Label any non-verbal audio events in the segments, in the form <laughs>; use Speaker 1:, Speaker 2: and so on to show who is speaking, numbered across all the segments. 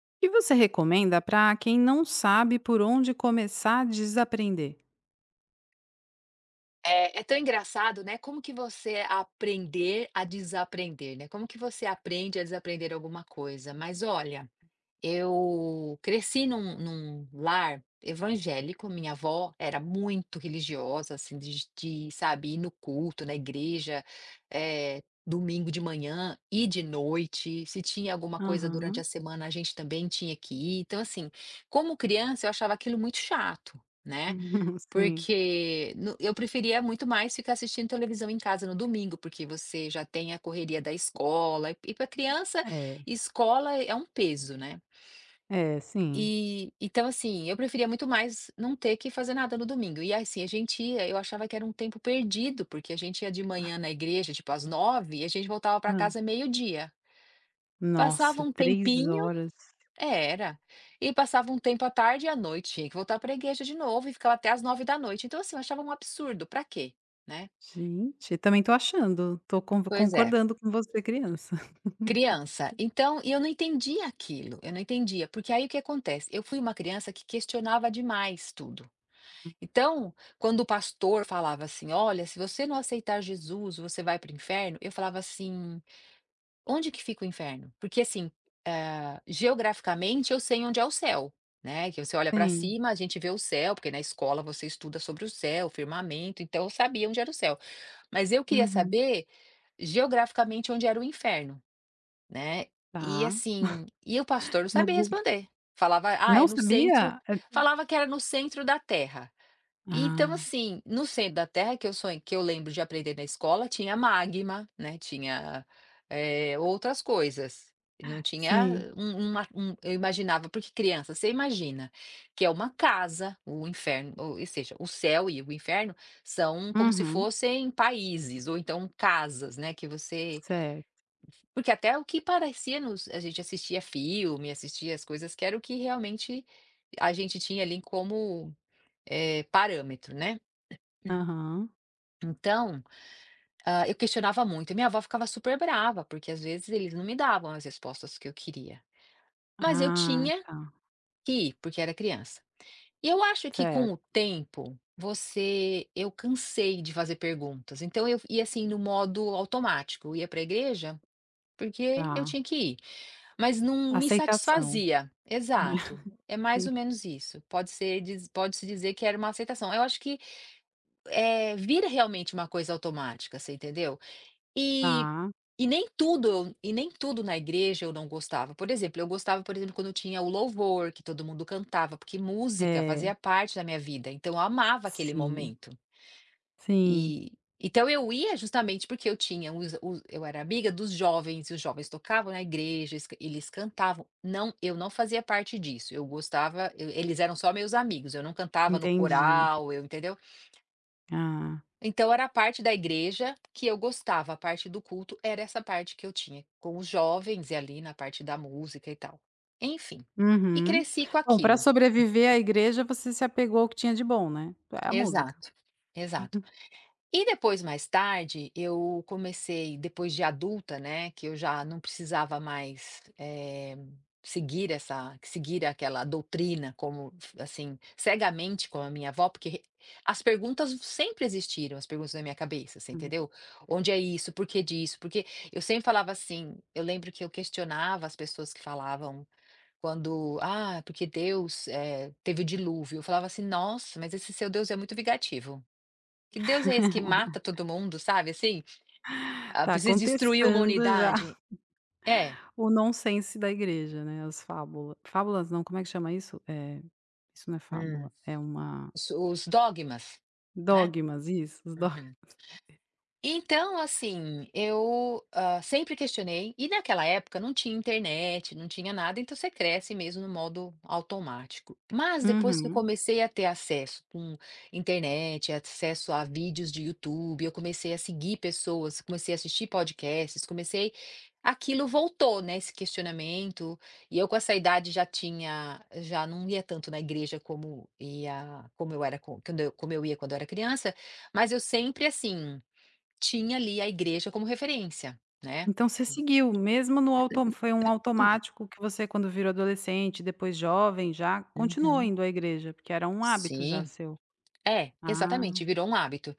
Speaker 1: O que você recomenda para quem não sabe por onde começar a desaprender?
Speaker 2: É tão engraçado, né, como que você aprender a desaprender, né? Como que você aprende a desaprender alguma coisa? Mas olha, eu cresci num lar evangélico, minha avó era muito religiosa, assim, sabe, ir no culto, na igreja, domingo de manhã e de noite, se tinha alguma coisa durante a
Speaker 1: Aham.
Speaker 2: semana, a gente também tinha que ir. Então, assim, como criança, eu achava aquilo muito chato, né?
Speaker 1: <laughs> Sim.
Speaker 2: Porque no eu preferia muito mais ficar assistindo televisão em casa no domingo, porque você já tem a correria da escola, e para criança,
Speaker 1: É,
Speaker 2: escola é um peso, né.
Speaker 1: é, sim.
Speaker 2: E então, assim, eu preferia muito mais não ter que fazer nada no domingo. E assim, a gente ia, eu achava que era um tempo perdido, porque a gente ia de manhã na igreja, tipo às 9h, e a gente voltava para
Speaker 1: Hã.
Speaker 2: casa meio-dia. Passava
Speaker 1: Nossa,
Speaker 2: um
Speaker 1: 3
Speaker 2: tempinho,
Speaker 1: horas.
Speaker 2: é, era. E passava um tempo à tarde e à noite, tinha que voltar para a igreja de novo e ficava até às 9h da noite. Então, assim, eu achava um absurdo, para quê, né?
Speaker 1: Gente, também tô achando, tô con
Speaker 2: Pois é.
Speaker 1: concordando com você criança. <laughs>
Speaker 2: Criança. Então, e eu não entendia aquilo, eu não entendia, porque aí o que acontece? Eu fui uma criança que questionava demais tudo. Então, quando o pastor falava assim: "Olha, se você não aceitar Jesus, você vai para o inferno", eu falava assim: onde que fica o inferno? Porque assim, geograficamente eu sei onde é o céu, né, que você olha para
Speaker 1: Sim.
Speaker 2: cima, a gente vê o céu, porque na escola você estuda sobre o céu, firmamento, então eu sabia onde era o céu. Mas eu queria
Speaker 1: Uhum.
Speaker 2: saber geograficamente onde era o inferno, né. E
Speaker 1: Tá.
Speaker 2: assim, e o pastor não
Speaker 1: No
Speaker 2: sabia
Speaker 1: Google
Speaker 2: responder. Falava: "Ah, é
Speaker 1: não
Speaker 2: no centro",
Speaker 1: sabia? É,
Speaker 2: falava que era no centro da terra. Então,
Speaker 1: ah,
Speaker 2: assim, no centro da terra que eu sonho que eu lembro de aprender na escola, tinha magma, né, tinha, outras coisas, não tinha
Speaker 1: sim.
Speaker 2: um uma um eu imaginava, porque criança, você imagina que é uma casa, o inferno, ou seja, o céu e o inferno são como se
Speaker 1: Uhum.
Speaker 2: fossem países ou então casas, né, que você
Speaker 1: Certo.
Speaker 2: porque até o que parecia nos a gente assistia filme, assistia as coisas que era o que realmente a gente tinha ali como, parâmetro, né.
Speaker 1: Aham.
Speaker 2: Então, eu questionava muito, e minha avó ficava super brava, porque às vezes eles não me davam as respostas que eu queria. Mas eu
Speaker 1: Ah,
Speaker 2: tinha
Speaker 1: tá.
Speaker 2: que ir, porque era criança. E eu acho que com o
Speaker 1: Certo,
Speaker 2: tempo, você, eu cansei de fazer perguntas. Então eu ia assim no modo automático, eu ia para a igreja porque eu
Speaker 1: tá.
Speaker 2: tinha que ir, mas não me
Speaker 1: Aceitação.
Speaker 2: satisfazia. Exato,
Speaker 1: <laughs>
Speaker 2: é mais
Speaker 1: Sim.
Speaker 2: ou menos isso. Pode ser, pode-se dizer que era uma aceitação. Eu acho que vira realmente uma coisa automática, você entendeu? E
Speaker 1: Tá.
Speaker 2: e nem tudo na igreja eu não gostava. Por exemplo, eu gostava, por exemplo, quando tinha o louvor, que todo mundo cantava, porque música
Speaker 1: É.
Speaker 2: fazia parte da minha vida, então eu amava aquele
Speaker 1: Sim,
Speaker 2: momento.
Speaker 1: sim,
Speaker 2: E então eu ia justamente porque eu tinha os eu era amiga dos jovens, e os jovens tocavam na igreja, eles cantavam. Não, eu não fazia parte disso, eu gostava eu eles eram só meus amigos, eu não cantava no
Speaker 1: entendi, enten
Speaker 2: coral, eu entendeu?
Speaker 1: ah,
Speaker 2: Então era a parte da igreja que eu gostava, a parte do culto era essa parte que eu tinha com os jovens e ali na parte da música e tal. Enfim, e
Speaker 1: uhum.
Speaker 2: cresci com
Speaker 1: Bom, para
Speaker 2: aquilo.
Speaker 1: sobreviver à igreja, você se apegou ao que tinha de bom, né? É a música.
Speaker 2: Exato, exato. E depois, mais tarde, eu comecei, depois de adulta, né, que eu já não precisava mais seguir essa, seguir aquela doutrina, como assim, cegamente com a minha avó, as perguntas sempre existiram, as perguntas na minha cabeça, você
Speaker 1: Hum,
Speaker 2: entendeu? Onde é isso? Por que disso? Porque eu sempre falava assim, eu lembro que eu questionava as pessoas que falavam. Quando, porque Deus teve o dilúvio, eu falava assim, nossa, mas esse seu Deus é muito vingativo. Que Deus é esse que mata todo mundo, sabe, assim,
Speaker 1: tá
Speaker 2: precisa destruir uma
Speaker 1: contestando já
Speaker 2: unidade?
Speaker 1: <laughs>
Speaker 2: É.
Speaker 1: o nonsense da igreja, né, as fábulas, fábulas não, como é que chama isso? É, isso não é
Speaker 2: Hum.
Speaker 1: fábula, é uma
Speaker 2: Os dogmas, né.
Speaker 1: dogmas, isso, os dogmas.
Speaker 2: Uhum. Então, assim, eu, sempre questionei, e naquela época não tinha internet, não tinha nada, então você cresce mesmo no modo automático. Mas depois que eu
Speaker 1: Uhum.
Speaker 2: comecei a ter acesso com internet, acesso a vídeos de YouTube, eu comecei a seguir pessoas, comecei a assistir podcasts, comecei aquilo voltou, né, esse questionamento, e eu com essa idade já não ia tanto na igreja como eu ia quando eu era criança, mas eu sempre assim tinha ali a igreja como referência, né.
Speaker 1: Então você seguiu, mesmo no auto, foi um automático que você, quando virou adolescente, depois jovem já, continuou
Speaker 2: Uhum.
Speaker 1: indo à igreja, porque era um hábito já
Speaker 2: Sim.
Speaker 1: seu?
Speaker 2: É,
Speaker 1: Ah,
Speaker 2: exatamente, virou um hábito.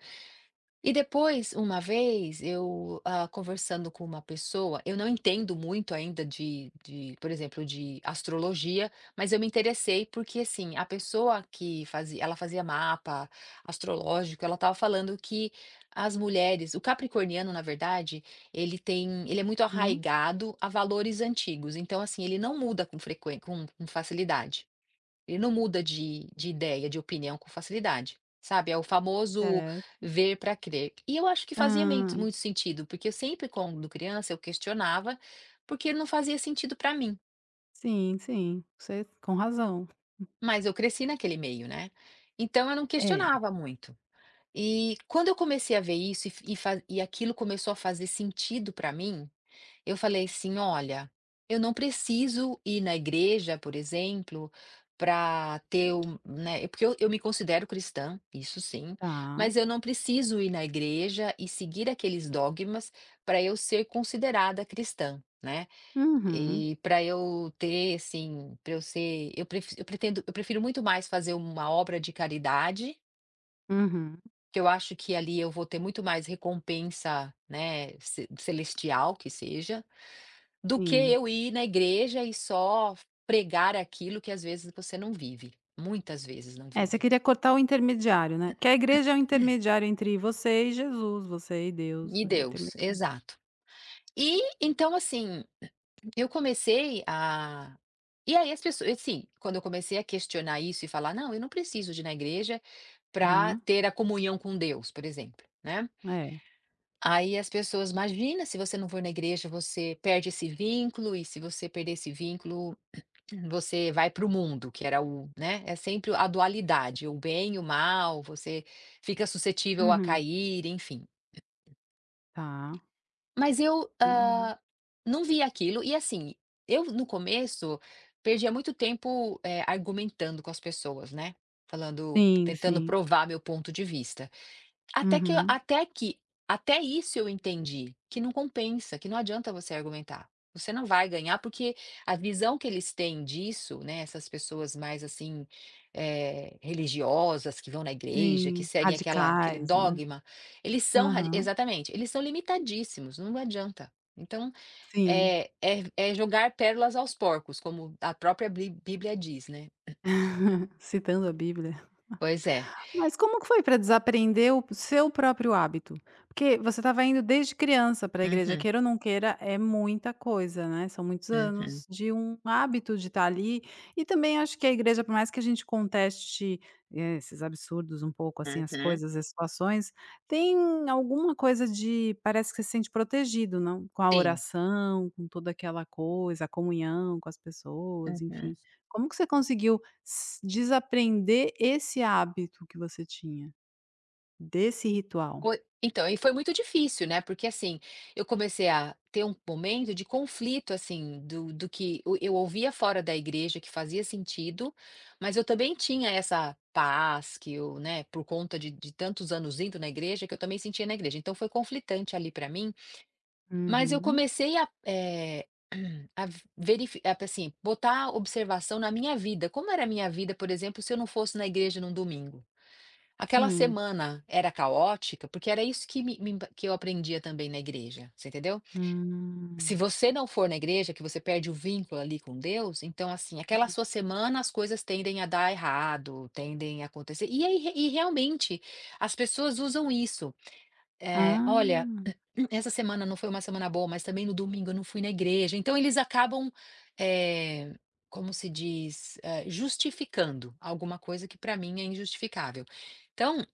Speaker 2: E depois, uma vez, eu, conversando com uma pessoa, eu não entendo muito ainda por exemplo, de astrologia, mas eu me interessei porque, assim, a pessoa que fazia, ela fazia mapa astrológico, ela estava falando que as mulheres, o capricorniano, na verdade, ele tem, ele é muito
Speaker 1: uhum,
Speaker 2: arraigado a valores antigos, então, assim, ele não muda com facilidade. Ele não muda de ideia, de opinião, com facilidade, sabe, é o famoso
Speaker 1: certo.
Speaker 2: ver para crer. E eu acho que fazia
Speaker 1: Hã,
Speaker 2: mento muito sentido, porque eu sempre quando criança eu questionava, porque não fazia sentido para mim,
Speaker 1: sim, sim, você com razão.
Speaker 2: mas eu cresci naquele meio, né, então eu não
Speaker 1: É,
Speaker 2: questionava muito. E quando eu comecei a ver isso e f e fa e aquilo começou a fazer sentido para mim, eu falei assim: "Olha, eu não preciso ir na igreja, por exemplo, para ter um", né, porque eu me considero cristã, isso sim,
Speaker 1: tá.
Speaker 2: mas eu não preciso ir na igreja e seguir aqueles dogmas para eu ser considerada cristã, né,
Speaker 1: Uhum,
Speaker 2: e para eu ter, assim, para eu ser eu prefiro muito mais fazer uma obra de caridade,
Speaker 1: uhum,
Speaker 2: que eu acho que ali eu vou ter muito mais recompensa, né, ce celestial que seja, do que
Speaker 1: sim.
Speaker 2: eu ir na igreja e só pregar aquilo que às vezes você não vive, muitas vezes não
Speaker 1: É, você
Speaker 2: vive.
Speaker 1: queria cortar o intermediário, né, porque a igreja é o intermediário entre você e Jesus, você e Deus,
Speaker 2: E
Speaker 1: é o
Speaker 2: Deus,
Speaker 1: intermediário.
Speaker 2: exato. E então assim, eu comecei a e aí as pessoas assim, quando eu comecei a questionar isso e falar: "Não, eu não preciso de ir na igreja para
Speaker 1: Aham,
Speaker 2: ter a comunhão com Deus", por exemplo, né.
Speaker 1: é.
Speaker 2: Aí as pessoas: "Imagina, se você não for na igreja, você perde esse vínculo, e se você perder esse vínculo, você vai para o mundo", que era o né, é sempre a dualidade, o bem e o mal, você fica suscetível a
Speaker 1: Uhum,
Speaker 2: cair, enfim.
Speaker 1: tá.
Speaker 2: Mas eu,
Speaker 1: E-
Speaker 2: não via aquilo, e assim, eu no começo perdia muito tempo, argumentando com as pessoas, né, falando,
Speaker 1: sim,
Speaker 2: tentando
Speaker 1: sim.
Speaker 2: provar meu ponto de vista. Até que eu-
Speaker 1: Uhum.
Speaker 2: até que até isso eu entendi, que não compensa, que não adianta você argumentar. Você não vai ganhar, porque a visão que eles têm disso, né, essas pessoas mais assim, religiosas, que vão na igreja, que
Speaker 1: Sim,
Speaker 2: seguem aquela aquele
Speaker 1: radicais, né.
Speaker 2: dogma, eles são radi
Speaker 1: Aham,
Speaker 2: exatamente, eles são limitadíssimos, não adianta. Então,
Speaker 1: sim,
Speaker 2: é jogar pérolas aos porcos, como a própria bli Bíblia diz, né.
Speaker 1: <laughs> citando a Bíblia.
Speaker 2: Pois é.
Speaker 1: Mas como que foi para desaprender o seu próprio hábito? Porque você estava indo desde criança para a igreja,
Speaker 2: Uhum,
Speaker 1: queira ou não queira, é muita coisa, né, são muitos
Speaker 2: uhum,
Speaker 1: anos de um hábito de estar ali, e também acho que a igreja, por mais que a gente conteste, esses absurdos um pouco, assim, as
Speaker 2: uhum.
Speaker 1: coisas, as situações, tem alguma coisa de, parece que você se sente protegido, não? Com a
Speaker 2: Sim,
Speaker 1: oração, com toda aquela coisa, a comunhão com as pessoas,
Speaker 2: uhum.
Speaker 1: enfim. Como que você conseguiu S desaprender esse hábito que você tinha, desse ritual.
Speaker 2: Foi então, e foi muito difícil, né, porque assim, eu comecei a ter um momento de conflito, assim, do que eu ouvia fora da igreja que fazia sentido, mas eu também tinha essa paz que eu, né, por conta de tantos anos indo na igreja, que eu também sentia na igreja, então foi conflitante ali para mim, mas eu
Speaker 1: Uhum.
Speaker 2: comecei a, <clears throat> a verifi assim, botar observação na minha vida, como era a minha vida, por exemplo, se eu não fosse na igreja num domingo? Aquela
Speaker 1: Sim.
Speaker 2: semana era caótica, porque era isso que me me que eu aprendia também na igreja, você entendeu? Se
Speaker 1: Hum.
Speaker 2: você não for na igreja, que você perde o vínculo ali com Deus, então, assim, aquela sua semana as coisas tendem a dar errado, tendem a acontecer, e aí e realmente as pessoas usam isso, "Olha,
Speaker 1: Ah,
Speaker 2: <clears throat> essa semana não foi uma semana boa, mas também no domingo eu não fui na igreja", então eles acabam, eh, como se diz, justificando alguma coisa que para mim é injustificável. Então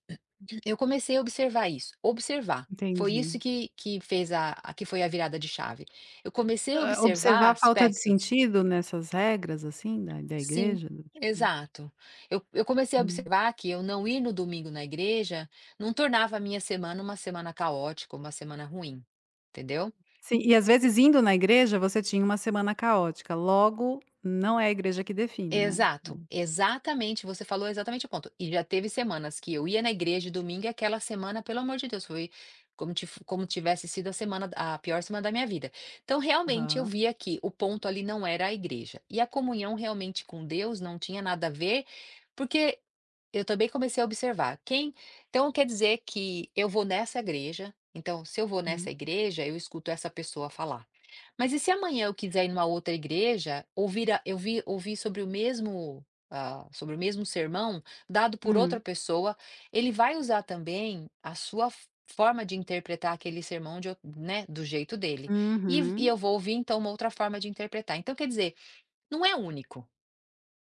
Speaker 2: eu comecei a observar isso, observar. Foi isso
Speaker 1: entendi.
Speaker 2: que fez a que foi a virada de chave. Eu comecei a
Speaker 1: Hã,
Speaker 2: observar
Speaker 1: observar a falta de
Speaker 2: aspectos.
Speaker 1: sentido nessas regras, assim, da
Speaker 2: Sim,
Speaker 1: igreja, do tipo.
Speaker 2: exato. Eu comecei a
Speaker 1: Hum.
Speaker 2: observar que eu não ir no domingo na igreja não tornava a minha semana uma semana caótica, uma semana ruim, entendeu?
Speaker 1: Sim, e às vezes indo na igreja você tinha uma semana caótica, logo não é a igreja que define, né.
Speaker 2: Exato,
Speaker 1: Pronto.
Speaker 2: exatamente, você falou exatamente o ponto. E já teve semanas que eu ia na igreja de domingo e aquela semana, pelo amor de Deus, foi como tivesse sido a pior semana da minha vida. Então, realmente, eu
Speaker 1: Aham.
Speaker 2: via que o ponto ali não era a igreja. E a comunhão realmente com Deus não tinha nada a ver, porque eu também comecei a observar quem então quer dizer que eu vou nessa igreja, então se eu vou nessa
Speaker 1: Uhum.
Speaker 2: igreja, eu escuto essa pessoa falar. Mas e se amanhã eu quiser ir numa outra igreja, ouvir a eu vi ouvir sobre o mesmo, sobre o mesmo sermão dado por outra
Speaker 1: Hum.
Speaker 2: pessoa, ele vai usar também a sua f forma de interpretar aquele sermão de ou né, do jeito dele. E
Speaker 1: Uhum.
Speaker 2: eu vou ouvir então uma outra forma de interpretar. Então quer dizer, não é único.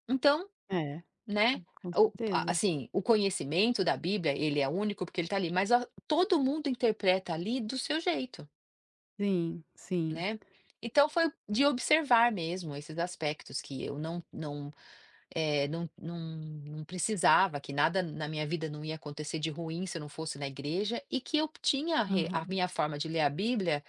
Speaker 2: Então
Speaker 1: É,
Speaker 2: né,
Speaker 1: com
Speaker 2: o a
Speaker 1: certeza.
Speaker 2: assim, o conhecimento da Bíblia, ele é único porque ele está ali, mas a todo mundo interpreta ali do seu jeito,
Speaker 1: Sim, sim.
Speaker 2: né. Então foi de observar mesmo esses aspectos que eu eh, não não não precisava, que nada na minha vida não ia acontecer de ruim se eu não fosse na igreja e que eu tinha a
Speaker 1: Aham,
Speaker 2: minha forma de ler a Bíblia,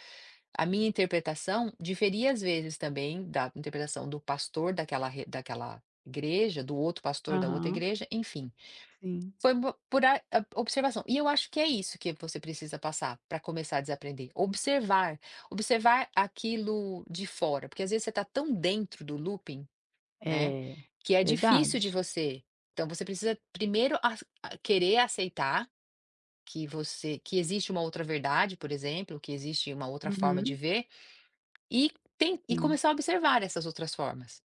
Speaker 2: a minha interpretação diferia às vezes também da interpretação do pastor daquela igreja, do outro pastor da outra
Speaker 1: aham.
Speaker 2: igreja, enfim.
Speaker 1: Sim.
Speaker 2: Foi bo por a observação. E eu acho que é isso que você precisa passar para começar a desaprender. Observar, observar aquilo de fora, porque às vezes você está tão dentro do looping, né,
Speaker 1: É,
Speaker 2: que é difícil
Speaker 1: verdade.
Speaker 2: de você então você precisa primeiro ace a querer aceitar que existe uma outra verdade, por exemplo, que existe uma outra forma de
Speaker 1: Uhum,
Speaker 2: ver, e tem e
Speaker 1: sim.
Speaker 2: começar a observar essas outras formas,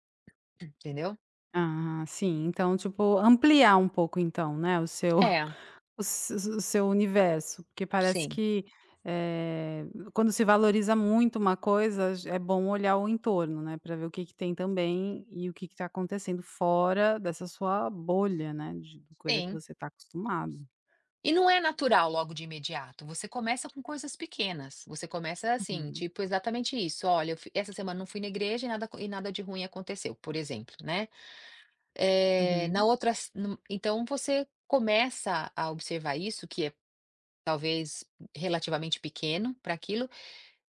Speaker 2: entendeu?
Speaker 1: Ah, sim, então, tipo, ampliar um pouco então, né, o seu <laughs>
Speaker 2: É,
Speaker 1: o se o seu universo, porque parece
Speaker 2: sim,
Speaker 1: que, eh, quando se valoriza muito uma coisa, j é bom olhar o entorno, né, para ver o que que tem também e o que que tá acontecendo fora dessa sua bolha, né, de coisa que
Speaker 2: sim.
Speaker 1: você está acostumado.
Speaker 2: E não é natural logo de imediato, você começa com coisas pequenas, você começa assim,
Speaker 1: Uhum,
Speaker 2: tipo exatamente isso, "Olha, eu fui essa semana não fui na igreja e nada co- e nada de ruim aconteceu", por exemplo, né. Na
Speaker 1: uhum.
Speaker 2: outra s num então você começa a observar isso, que é talvez relativamente pequeno para aquilo,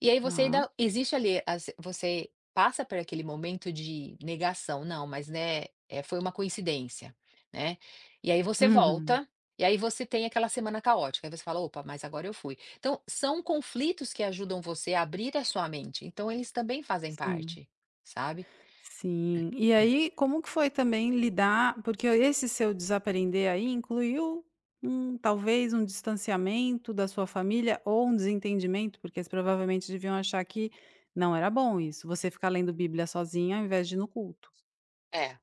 Speaker 2: e aí você
Speaker 1: Tá.
Speaker 2: ainda existe ali as você passa por aquele momento de negação, não, mas, né, foi uma coincidência, né. E aí você
Speaker 1: Uhum,
Speaker 2: volta, e aí você tem aquela semana caótica, aí você fala: "Opa, mas agora eu fui". Então são conflitos que ajudam você a abrir a sua mente, então eles também fazem
Speaker 1: sim.
Speaker 2: parte, sabe.
Speaker 1: Sim. E aí, como que foi também lidar, porque esse seu desaprender aí incluiu um, talvez um distanciamento da sua família ou um desentendimento, porque eles provavelmente deviam achar que não era bom isso, você ficar lendo bíblia sozinha ao invés de ir no culto.
Speaker 2: É.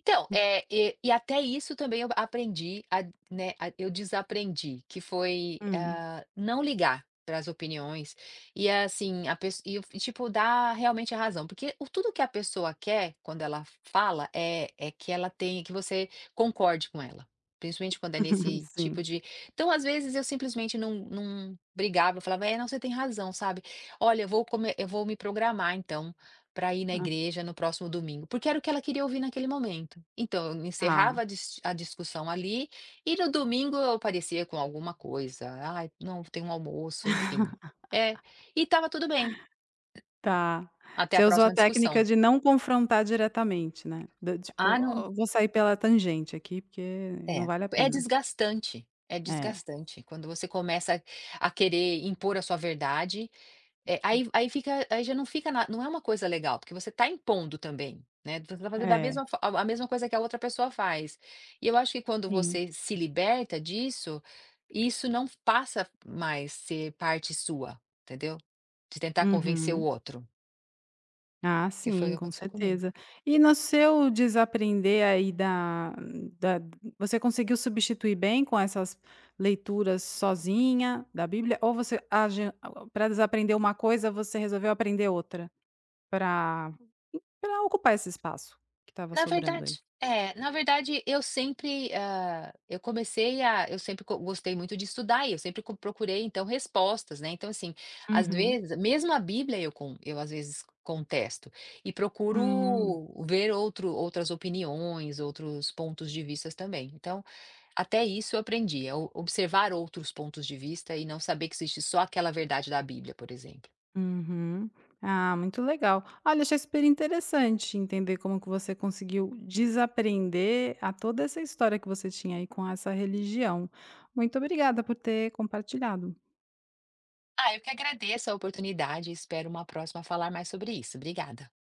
Speaker 2: Então, até isso também eu aprendi a né, a eu desaprendi, que foi,
Speaker 1: Hum,
Speaker 2: ah, não ligar para as opiniões e, assim, a pessoa e eu e tipo, dar realmente a razão, porque o tudo que a pessoa quer quando ela fala é que ela tem que você concorde com ela, principalmente quando é
Speaker 1: <laughs>
Speaker 2: nesse
Speaker 1: sim.
Speaker 2: tipo de então, às vezes, eu simplesmente não brigava, eu falava: "É, não, você tem razão, sabe? Olha, eu vou comer, eu vou me programar então" para ir na igreja no próximo domingo, porque era o que ela queria ouvir naquele momento. Então eu encerrava
Speaker 1: Ah,
Speaker 2: a discussão ali, e no domingo eu aparecia com alguma coisa, "Ai, não, tem um almoço", enfim. É, e estava tudo bem,
Speaker 1: tá.
Speaker 2: até a
Speaker 1: Você usou a
Speaker 2: próxima
Speaker 1: técnica
Speaker 2: discussão.
Speaker 1: de não confrontar diretamente, né, do tipo:
Speaker 2: Ah não,
Speaker 1: "Ó, vou sair pela tangente aqui, porque não
Speaker 2: é,
Speaker 1: vale a pena".
Speaker 2: é
Speaker 1: É.
Speaker 2: desgastante quando você começa a querer impor a sua verdade. É, aí fica aí já não fica na não é uma coisa legal, porque você está impondo também, né, você está fazendo a
Speaker 1: É,
Speaker 2: mesma fo a mesma coisa que a outra pessoa faz. E eu acho que quando
Speaker 1: sim.
Speaker 2: você se liberta disso, isso não passa mais ser parte sua, entendeu? De tentar convencer o
Speaker 1: Uhum.
Speaker 2: outro,
Speaker 1: Ah,
Speaker 2: que foi o
Speaker 1: sim,
Speaker 2: que
Speaker 1: com
Speaker 2: aconteceu comigo.
Speaker 1: certeza. E no seu desaprender aí da você conseguiu substituir bem com essas leituras sozinha da Bíblia, ou você, para desaprender uma coisa, você resolveu aprender outra, para para ocupar esse espaço que estava sobrando aí?
Speaker 2: Na verdade eu sempre, hã, eu comecei a eu sempre go gostei muito de estudar e eu sempre co procurei então respostas, né, então assim, às
Speaker 1: Uhum.
Speaker 2: vezes mesmo a Bíblia eu às vezes contesto e
Speaker 1: Hum.
Speaker 2: procuro ver outro outras opiniões, outros pontos de vistas também. Então, até isso eu aprendi, a o observar outros pontos de vista e não saber que existe só aquela verdade da Bíblia, por exemplo.
Speaker 1: Uhum. Ah, muito legal. Olha, achei super interessante entender como que você conseguiu desaprender a toda essa história que você tinha aí com essa religião. Muito obrigada por ter compartilhado.
Speaker 2: Ah, eu que agradeço a oportunidade e espero uma próxima falar mais sobre isso. Obrigada.